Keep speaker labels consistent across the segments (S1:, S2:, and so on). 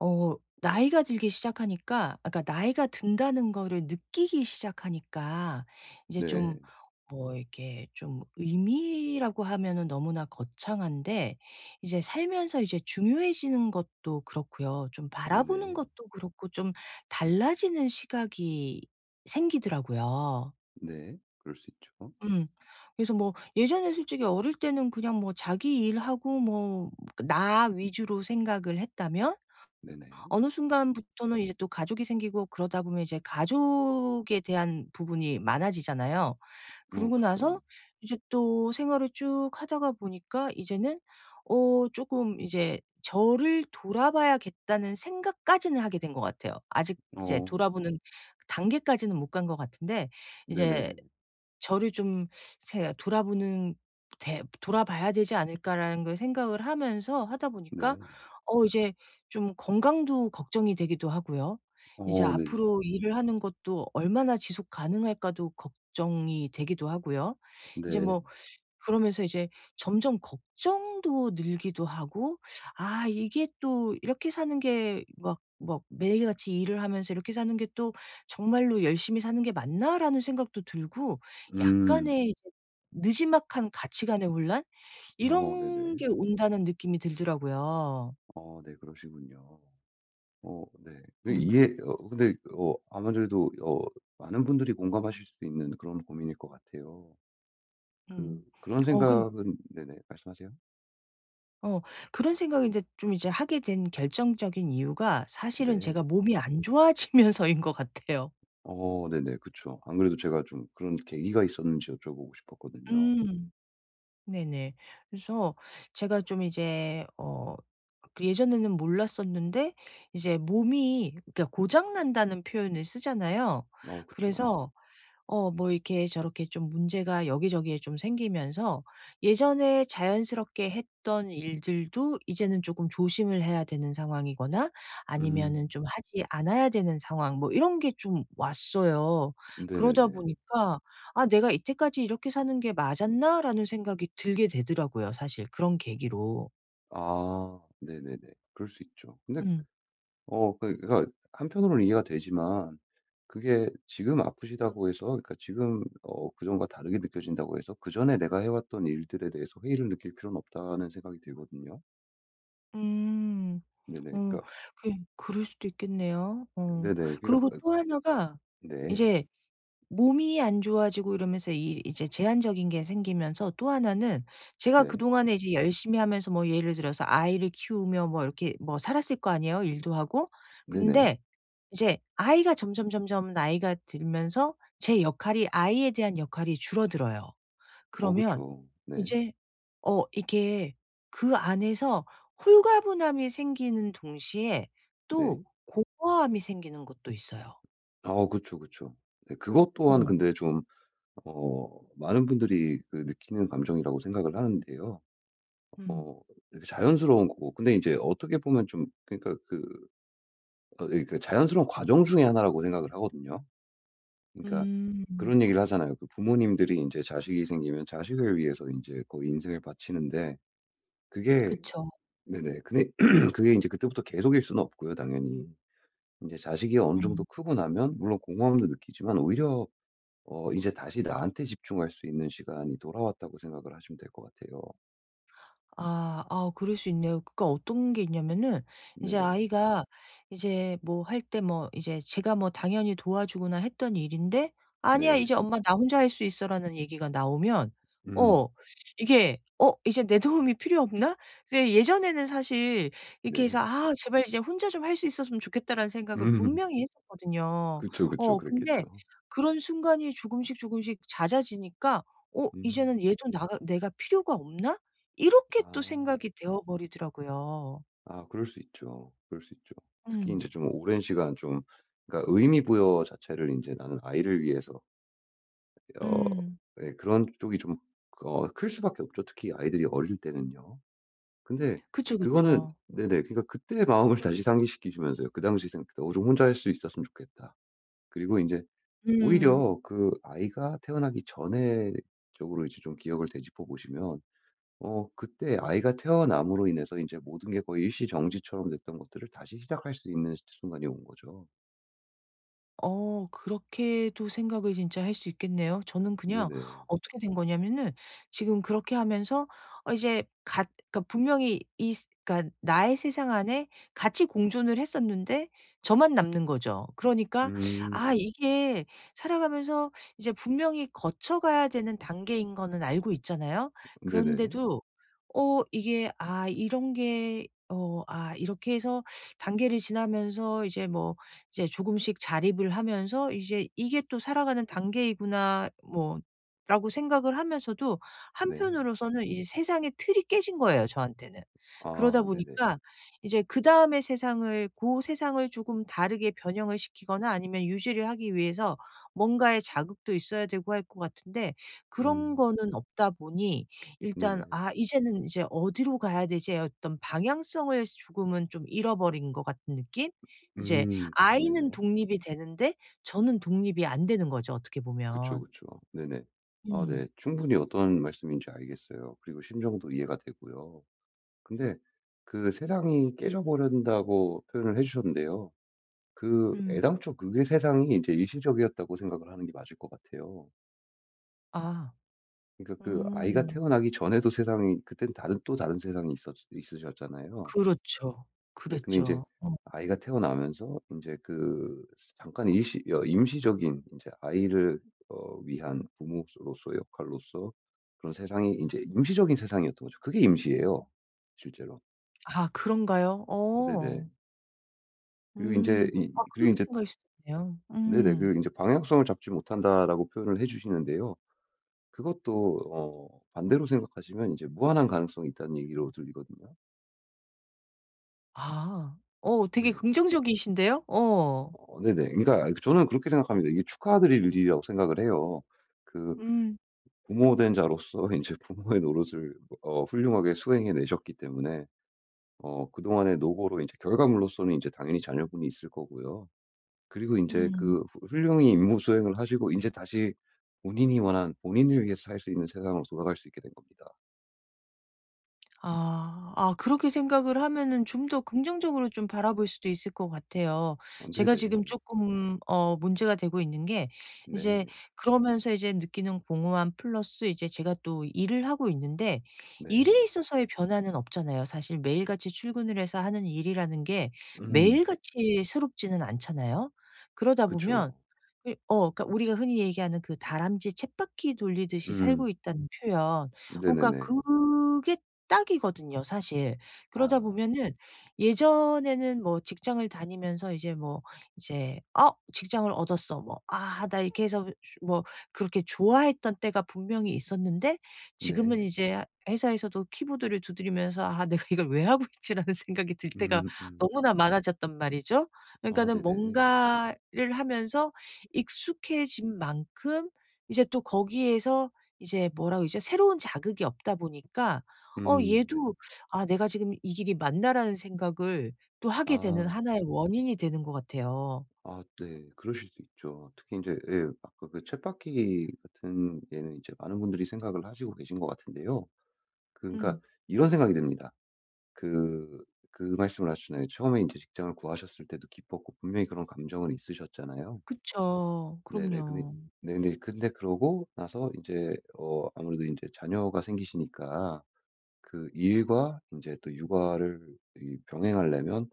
S1: 나이가 들기 시작하니까 아까 나이가 든다는 거를 느끼기 시작하니까 이제
S2: 네.
S1: 좀 뭐 이렇게 좀 의미라고 하면은 너무나 거창한데 이제 살면서 이제 중요해지는 것도 그렇고요. 좀 바라보는
S2: 네네.
S1: 것도 그렇고 좀 달라지는 시각이 생기더라고요.
S2: 네. 그럴 수 있죠.
S1: 음. 그래서 뭐 예전에 솔직히 어릴 때는 그냥 뭐 자기 일하고 뭐 나 위주로 생각을 했다면
S2: 네네.
S1: 어느 순간부터는 이제 또 가족이 생기고 그러다 보면 이제 가족에 대한 부분이 많아지잖아요.
S2: 어
S1: 그러고
S2: 그쵸.
S1: 나서 이제 또 생활을 쭉 하다가 보니까 이제는 쪼끔 이제 저를 돌아봐야겠다는 생각까지는 하게 된 것 같아요. 아직 이제
S2: 어.
S1: 돌아보는 단계까지는 못 간 것 같은데 이제
S2: 네네.
S1: 저를 좀 제 돌아보는 '돌아봐야 되지 않을까.'라는 걸 생각을 하면서 하다 보니까
S2: 네.
S1: 이제 좀 건강도 걱정이 되기도 하고요. 이제
S2: 어 네네네.
S1: 앞으로 일을 하는 것도 얼마나 지속 가능할까도 걱정이 되기도 하고요. 이제
S2: 네.
S1: 뭐 그러면서 이제 점점 걱정도 늘기도 하고 '아 이게 또 이렇게 사는 게 막 매일같이 일을 하면서 이렇게 사는 게 또 정말로 열심히 사는 게 맞나?'라는 생각도 들고
S2: 음.
S1: 약간의 이제 느지막한 가치관의 혼란
S2: 어
S1: 이런
S2: 네네.
S1: 게 온다는 느낌이 들더라고요.
S2: 어 네 그러시군요. 어 네. 그
S1: 음.
S2: 이해 근데 아무래도 많은 분들이 공감하실 수 있는 그런 고민일 것 같아요. 그
S1: 음.
S2: 그런
S1: 어 근
S2: 생각은 네네. 말씀하세요.
S1: 어 그런 생각을 인제 좀 이제 하게 된 결정적인 이유가 사실은
S2: 네.
S1: 제가 몸이 안 좋아지면서인 것 같아요.
S2: 어 네네. 그쵸. 안 그래도 제가 좀 그런 계기가 있었는지 여쭤보고 싶었거든요.
S1: 음. 네네. 그래서 제가 좀 이제 그 예전에는 몰랐었는데 이제 몸이 그러니까 고장 난다는 표현을 쓰잖아요.
S2: 어 그쵸.
S1: 그래서 뭐 이렇게 저렇게 좀 문제가 여기저기에 좀 생기면서 예전에 자연스럽게 했던 일들도 이제는 조금 조심을 해야 되는 상황이거나 아니면은
S2: 음.
S1: 좀 하지 않아야 되는 상황 뭐 이런 게 좀 왔어요. 그러다
S2: 네네네.
S1: 보니까 '아 내가 이때까지 이렇게 사는 게 맞았나?'라는 생각이 들게 되더라고요 사실 그런 계기로.
S2: 아 네네네. 그럴 수 있죠. 근데
S1: 음.
S2: 그러니까 한편으로는 이해가 되지만 그게 지금 아프시다고 해서 그러니까 지금 그전과 다르게 느껴진다고 해서 '그전에 내가 해왔던 일들에 대해서 회의를 느낄 필요는 없다.'는 생각이 들거든요.
S1: 음.
S2: 네네.
S1: 어
S2: 그러니까
S1: 그럴 수도 있겠네요. 어.
S2: 네네.
S1: 그리고
S2: 그러니까
S1: 또 하나가
S2: 아, 네.
S1: 이제 몸이 안 좋아지고 이러면서 이 이제 제한적인 게 생기면서 또 하나는 제가
S2: 네.
S1: 그동안에 이제 열심히 하면서 뭐 예를 들어서 아이를 키우며 뭐 이렇게 뭐 살았을 거 아니에요, 일도 하고.
S2: 네네.
S1: 근데 이제 아이가 점점 점점 나이가 들면서 제 역할이 아이에 대한 역할이 줄어들어요.
S2: 어
S1: 그러면
S2: 그쵸. 네.
S1: 이제 이게 그 안에서 홀가분함이 생기는 동시에 또
S2: 네.
S1: 공허함이 생기는 것도 있어요.
S2: 아 그쵸, 그쵸. 네 그것
S1: 어.
S2: 또한 근데 좀 많은 분들이 그 느끼는 감정이라고 생각을 하는데요.
S1: 음.
S2: 어게 자연스러운 거고 근데 이제 어떻게 보면 좀 그러니까 그어니까 자연스러운 과정 중에 하나라고 생각을 하거든요. 그러니까
S1: 음.
S2: 그런 얘기를 하잖아요. 그 부모님들이 이제 자식이 생기면 자식을 위해서 인제 거의 인생을 바치는데 그게
S1: 그쵸.
S2: 네네. 근데 그게 이제 그때부터 계속일 수는 없고요 당연히. 이제 자식이 어느 정도
S1: 음.
S2: 크고 나면 물론 공허함도 느끼지만 오히려 이제 다시 나한테 집중할 수 있는 시간이 돌아왔다고 생각을 하시면 될 것 같아요.
S1: 아. 아 그럴 수 있네요. 그러니까 어떤 게 있냐면은 이제
S2: 네네.
S1: 아이가 이제 뭐 할 때 뭐 이제 제가 뭐 당연히 도와주거나 했던 일인데 "아니야.
S2: 네.
S1: 이제 엄마 나 혼자 할 수 있어."라는 얘기가 나오면
S2: 음.
S1: 어 이게 '어 이제 내 도움이 필요 없나?' 근데 예전에는 사실 이렇게 해서
S2: 네.
S1: '아 제발 이제 혼자 좀 할 수 있었으면 좋겠다.'라는 생각을
S2: 음.
S1: 분명히 했었거든요.
S2: 그쵸, 그쵸. 그랬겠죠.
S1: 근데 그런 순간이 조금씩 조금씩 잦아지니까 '어
S2: 음.
S1: 이제는 얘도 나 내가 필요가 없나?' 이렇게 또
S2: 아.
S1: 생각이 되어 버리더라고요.
S2: 아 그럴 수 있죠. 그럴 수 있죠. 특히
S1: 음.
S2: 인제 좀 오랜 시간 좀 그러니까 의미 부여 자체를 인제 '나는 아이를 위해서' 어
S1: 음.
S2: 예 그런 쪽이 좀 클 수밖에 없죠, 특히 아이들이 어릴 때는요. 근데
S1: 그쵸,
S2: 그거는
S1: 그쵸.
S2: 네네. 그러니까 그때의 마음을 다시 상기시키시면서요. 그 당시 생각 "어 좀 혼자 할 수 있었으면 좋겠다." 그리고 인제
S1: 음.
S2: 오히려 그 아이가 태어나기 전에 쪽으로 이제 좀 기억을 되짚어 보시면 그때 아이가 태어남으로 인해서 이제 모든 게 거의 일시정지처럼 됐던 것들을 다시 시작할 수 있는 순간이 온 거죠.
S1: 그렇게도 생각을 진짜 할 수 있겠네요. 저는 그냥
S2: 네네.
S1: 어떻게 된 거냐면은 지금 그렇게 하면서 이제 같 그러니까 분명히 이 스 그러니까 나의 세상 안에 같이 공존을 했었는데 저만 남는 거죠. 그러니까
S2: 음.
S1: 이게 살아가면서 이제 분명히 거쳐가야 되는 단계인 거는 알고 있잖아요.
S2: 네네.
S1: 그런데도 이게 '아 이런 게 이렇게 해서 단계를 지나면서 이제 뭐 이제 조금씩 자립을 하면서 이제 '이게 또 살아가는 단계이구나.' 뭐 라고 생각을 하면서도
S2: 네.
S1: 한편으로서는 이제 세상의 틀이 깨진 거예요 저한테는. 그러다
S2: 아 네네.
S1: 보니까 이제 그다음의 세상을 그 세상을 조금 다르게 변형을 시키거나 아니면 유지를 하기 위해서 뭔가의 자극도 있어야 되고 할 것 같은데 그런
S2: 음.
S1: 거는 없다 보니 일단
S2: 네네.
S1: '아 이제는 이제 어디로 가야 되지?' 어떤 방향성을 조금은 좀 잃어버린 것 같은 느낌? 이제
S2: 음.
S1: 아이는
S2: 네네.
S1: 독립이 되는데 저는 독립이 안 되는 거죠, 어떻게
S2: 그쵸,
S1: 보면.
S2: 그쵸. 네네. 아
S1: 음.
S2: 네. 충분히 어떤 말씀인지 알겠어요. 그리고 심정도 이해가 되고요. 근데 그 "세상이 깨져버린다."고 표현을 해 주셨는데요. 그
S1: 음.
S2: 애당초 그게 세상이 이제 일시적이었다고 생각을 하는 게 맞을 것 같아요.
S1: 아.
S2: 그러니까 그 아이가
S1: 음.
S2: 태어나기 전에도 세상이 그땐 다른 또 다른 세상이 있었 있으셨잖아요.
S1: 그렇죠.
S2: 네. 근데 인제
S1: 그랬죠. 어.
S2: 아이가 태어나면서 인제 그 잠깐 일시 여 임시적인 인제 아이를 위한 부모로서의 역할로서 그런 세상이 인제 임시적인 세상이었던 거죠. 그게 임시예요, 실제로.
S1: 아 그런가요?
S2: 네네.
S1: 어.
S2: 그리고 인제
S1: 음.
S2: 이
S1: 아
S2: 그리고
S1: 그렇게
S2: 인제
S1: 생각할 수도 있네요.
S2: 네네.
S1: 음.
S2: 그리고 인제 "방향성을 잡지 못한다."라고 표현을 해 주시는데요. 그것도 반대로 생각하시면 인제 무한한 가능성이 있다는 얘기로 들리거든요.
S1: 아. 되게
S2: 네.
S1: 긍정적이신데요? 어.
S2: 어 네네. 그러니까 저는 그렇게 생각합니다. 이게 축하드릴 일이라고 생각을 해요. 그
S1: 음.
S2: 부모된 자로서 이제 부모의 노릇을 훌륭하게 수행해 내셨기 때문에 그동안의 노고로 이제 결과물로서는 이제 당연히 자녀분이 있을 거고요. 그리고 이제
S1: 음.
S2: 그 훌 훌륭히 임무 수행을 하시고 이제 다시 본인이 원한 본인을 위해서 살 수 있는 세상으로 돌아갈 수 있게 된 겁니다.
S1: 아. 아 그렇게 생각을 하면은 좀 더 긍정적으로 좀 바라볼 수도 있을 것 같아요.
S2: 어
S1: 제가 지금
S2: 네네.
S1: 조금 문제가 되고 있는 게 이제
S2: 네.
S1: 그러면서 이제 느끼는 공허함 플러스 이제 제가 또 일을 하고 있는데 일에
S2: 네.
S1: 있어서의 변화는 없잖아요. 사실 매일같이 출근을 해서 하는 일이라는 게
S2: 음.
S1: 매일같이 새롭지는 않잖아요. 그러다
S2: 그쵸.
S1: 보면 그러니까 우리가 흔히 얘기하는 그 다람쥐 쳇바퀴 돌리듯이 살고
S2: 음.
S1: 있다는 표현. 그러니까
S2: 네네네.
S1: 그게 딱이거든요 사실. 그러다
S2: 아.
S1: 보면은 예전에는 뭐 직장을 다니면서 이제 뭐 이제 '어 직장을 얻었어.' 뭐 '아 나 이렇게 해서 뭐 그렇게 좋아했던 때가 분명히 있었는데 지금은
S2: 네.
S1: 이제 회사에서도 키보드를 두드리면서 '아 내가 이걸 왜 하고 있지.'라는 생각이 들 때가
S2: 음 음.
S1: 너무나 많아졌단 말이죠.
S2: 아
S1: 그러니까는
S2: 네네.
S1: 뭔가를 하면서 익숙해진 만큼 이제 또 거기에서 이제 뭐라 고 이제 새로운 자극이 없다 보니까
S2: 네네.
S1: 얘도 '아 내가 지금 이 길이 맞나.'라는 생각을 또 하게 되는
S2: 아.
S1: 하나의 원인이 되는 것 같아요.
S2: 아 네. 그러실 수 있죠. 특히 이제 예 아까 그 쳇바퀴 같은 예는 이제 많은 분들이 생각을 하시고 계신 것 같은데요. 그러니까
S1: 음.
S2: 이런 생각이 듭니다. 그 그 말씀을 하셨잖아요. 처음에 이제 직장을 구하셨을 때도 기뻤고 분명히 그런 감정은 있으셨잖아요.
S1: 그쵸.
S2: 네네. 근데
S1: 그럼요.
S2: 네데 근데 그러고 나서 이제 아무래도 이제 자녀가 생기시니까 그 일과 이제 또 육아를 이 병행하려면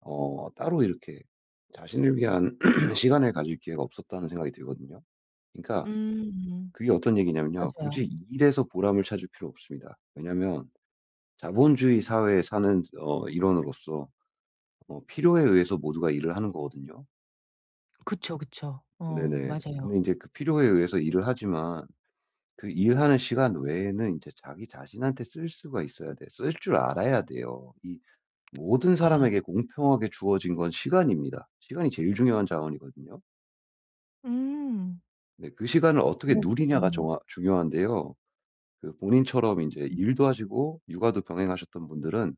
S2: 따로 이렇게 자신을 위한 시간을 가질 기회가 없었다는 생각이 들거든요. 그러니까
S1: 음.
S2: 그게 어떤 얘기냐면요.
S1: 맞아요.
S2: 굳이 일에서 보람을 찾을 필요 없습니다. 왜냐하면 자본주의 사회에 사는 일원으로서 필요에 의해서 모두가 일을 하는 거거든요.
S1: 그쵸, 그쵸. 어
S2: 네네.
S1: 맞아요.
S2: 근데 이제 그 필요에 의해서 일을 하지만 그 일하는 시간 외에는 이제 자기 자신한테 쓸 수가 있어야 돼요. 쓸 줄 알아야 돼요. 이 모든
S1: 아.
S2: 사람에게 공평하게 주어진 건 시간입니다. 시간이 제일 중요한 자원이거든요.
S1: 음.
S2: 네, 그 시간을 어떻게
S1: 어
S2: 누리냐가
S1: 그러네요.
S2: 정하 중요한데요. 그 본인처럼 이제
S1: 음.
S2: 일도 하시고 육아도 병행하셨던 분들은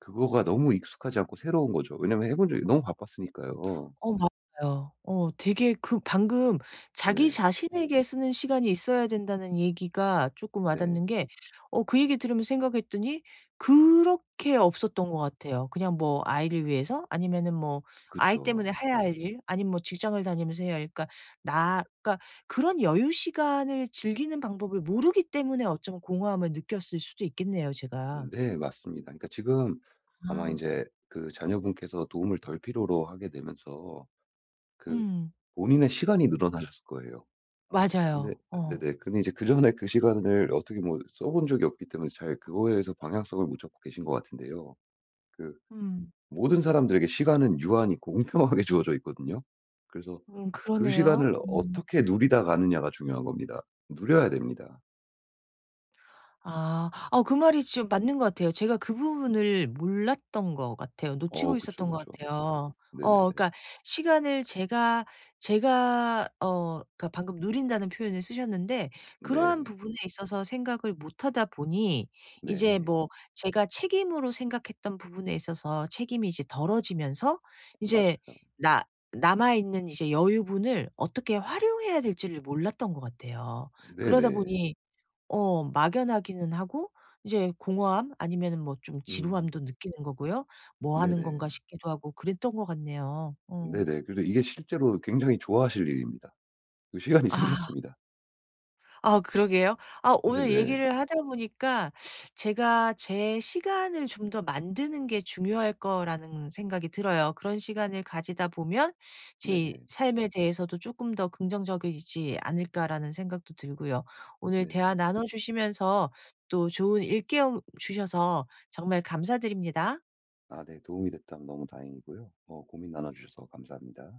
S2: 그거가 너무 익숙하지 않고 새로운 거죠. 왜냐면 해본 적이 너무 바빴으니까요.
S1: 어 맞아요. 어 되게 그 방금 자기
S2: 네.
S1: 자신에게 쓰는 시간이 있어야 된다는 얘기가 쪼끔
S2: 네.
S1: 와닿는 게 어 그 얘기 들으면서 생각했더니 그렇게 없었던 것 같아요. 그냥 뭐 아이를 위해서 아니면은 뭐 아이 때문에
S2: 그쵸.
S1: 해야 할 일 아니면 뭐 직장을 다니면서 해야 할 일 그러니까 나 그러니까 그런 여유 시간을 즐기는 방법을 모르기 때문에 어쩌면 공허함을 느꼈을 수도 있겠네요 제가.
S2: 네 맞습니다. 그러니까 지금 아마 이
S1: 아.
S2: 제 그 자녀분께서 도움을 덜 필요로 하게 되면서 그
S1: 음.
S2: 본인의 시간이 늘어나셨을 거예요. 근데
S1: 맞아요. 어.
S2: 네네. 근데 이제 그전에 그 시간을 어떻게 뭐 써본 적이 없기 때문에 잘 그거에 대해서 방향성을 못 잡고 계신 것 같은데요. 그
S1: 음.
S2: 모든 사람들에게 시간은 유한히 공평하게 주어져 있거든요. 그래서 그
S1: 그러네요.
S2: 시간을
S1: 음.
S2: 어떻게 누리다 가느냐가 중요한 겁니다. 누려야 됩니다.
S1: 아. 아 그 말이 좀 맞는 것 같아요. 제가 그 부분을 몰랐던 것 같아요. 놓치고
S2: 어 그쵸,
S1: 있었던 것
S2: 그쵸.
S1: 같아요.
S2: 네네네.
S1: 그러니까 시간을 제가 그러니까 방금 누린다는 표현을 쓰셨는데 그러한
S2: 네.
S1: 부분에 있어서 생각을 못 하다 보니 이제
S2: 네.
S1: 뭐 제가 책임으로 생각했던 부분에 있어서 책임이 이제 덜어지면서 이제
S2: 맞아요.
S1: 나 남아 있는 이제 여유분을 어떻게 활용해야 될지를 몰랐던 것 같아요. 그러다
S2: 네네.
S1: 보니 막연하기는 하고 이제 공허함 아니면은 뭐 좀
S2: 음.
S1: 지루함도 느끼는 거고요. '뭐 하는 건가?'
S2: 네네.
S1: 싶기도 하고 그랬던 것 같네요. 어.
S2: 네네. 그래서 이게 실제로 굉장히 좋아하실 일입니다. 그 시간이
S1: 아.
S2: 생겼습니다.
S1: 아 그러게요. 아 오늘
S2: 네네.
S1: 얘기를 하다 보니까 제가 제 시간을 좀 더 만드는 게 중요할 거라는 생각이 들어요. 그런 시간을 가지다 보면 제
S2: 네.
S1: 삶에 대해서도 조금 더 긍정적이지 않을까라는 생각도 들고요. 오늘 대화
S2: 네.
S1: 나눠 주시면서 또 좋은 일깨움 주셔서 정말 감사드립니다.
S2: 아 네. 도움이 됐다면 너무 다행이고요. 어 고민 나눠 주셔서 감사합니다.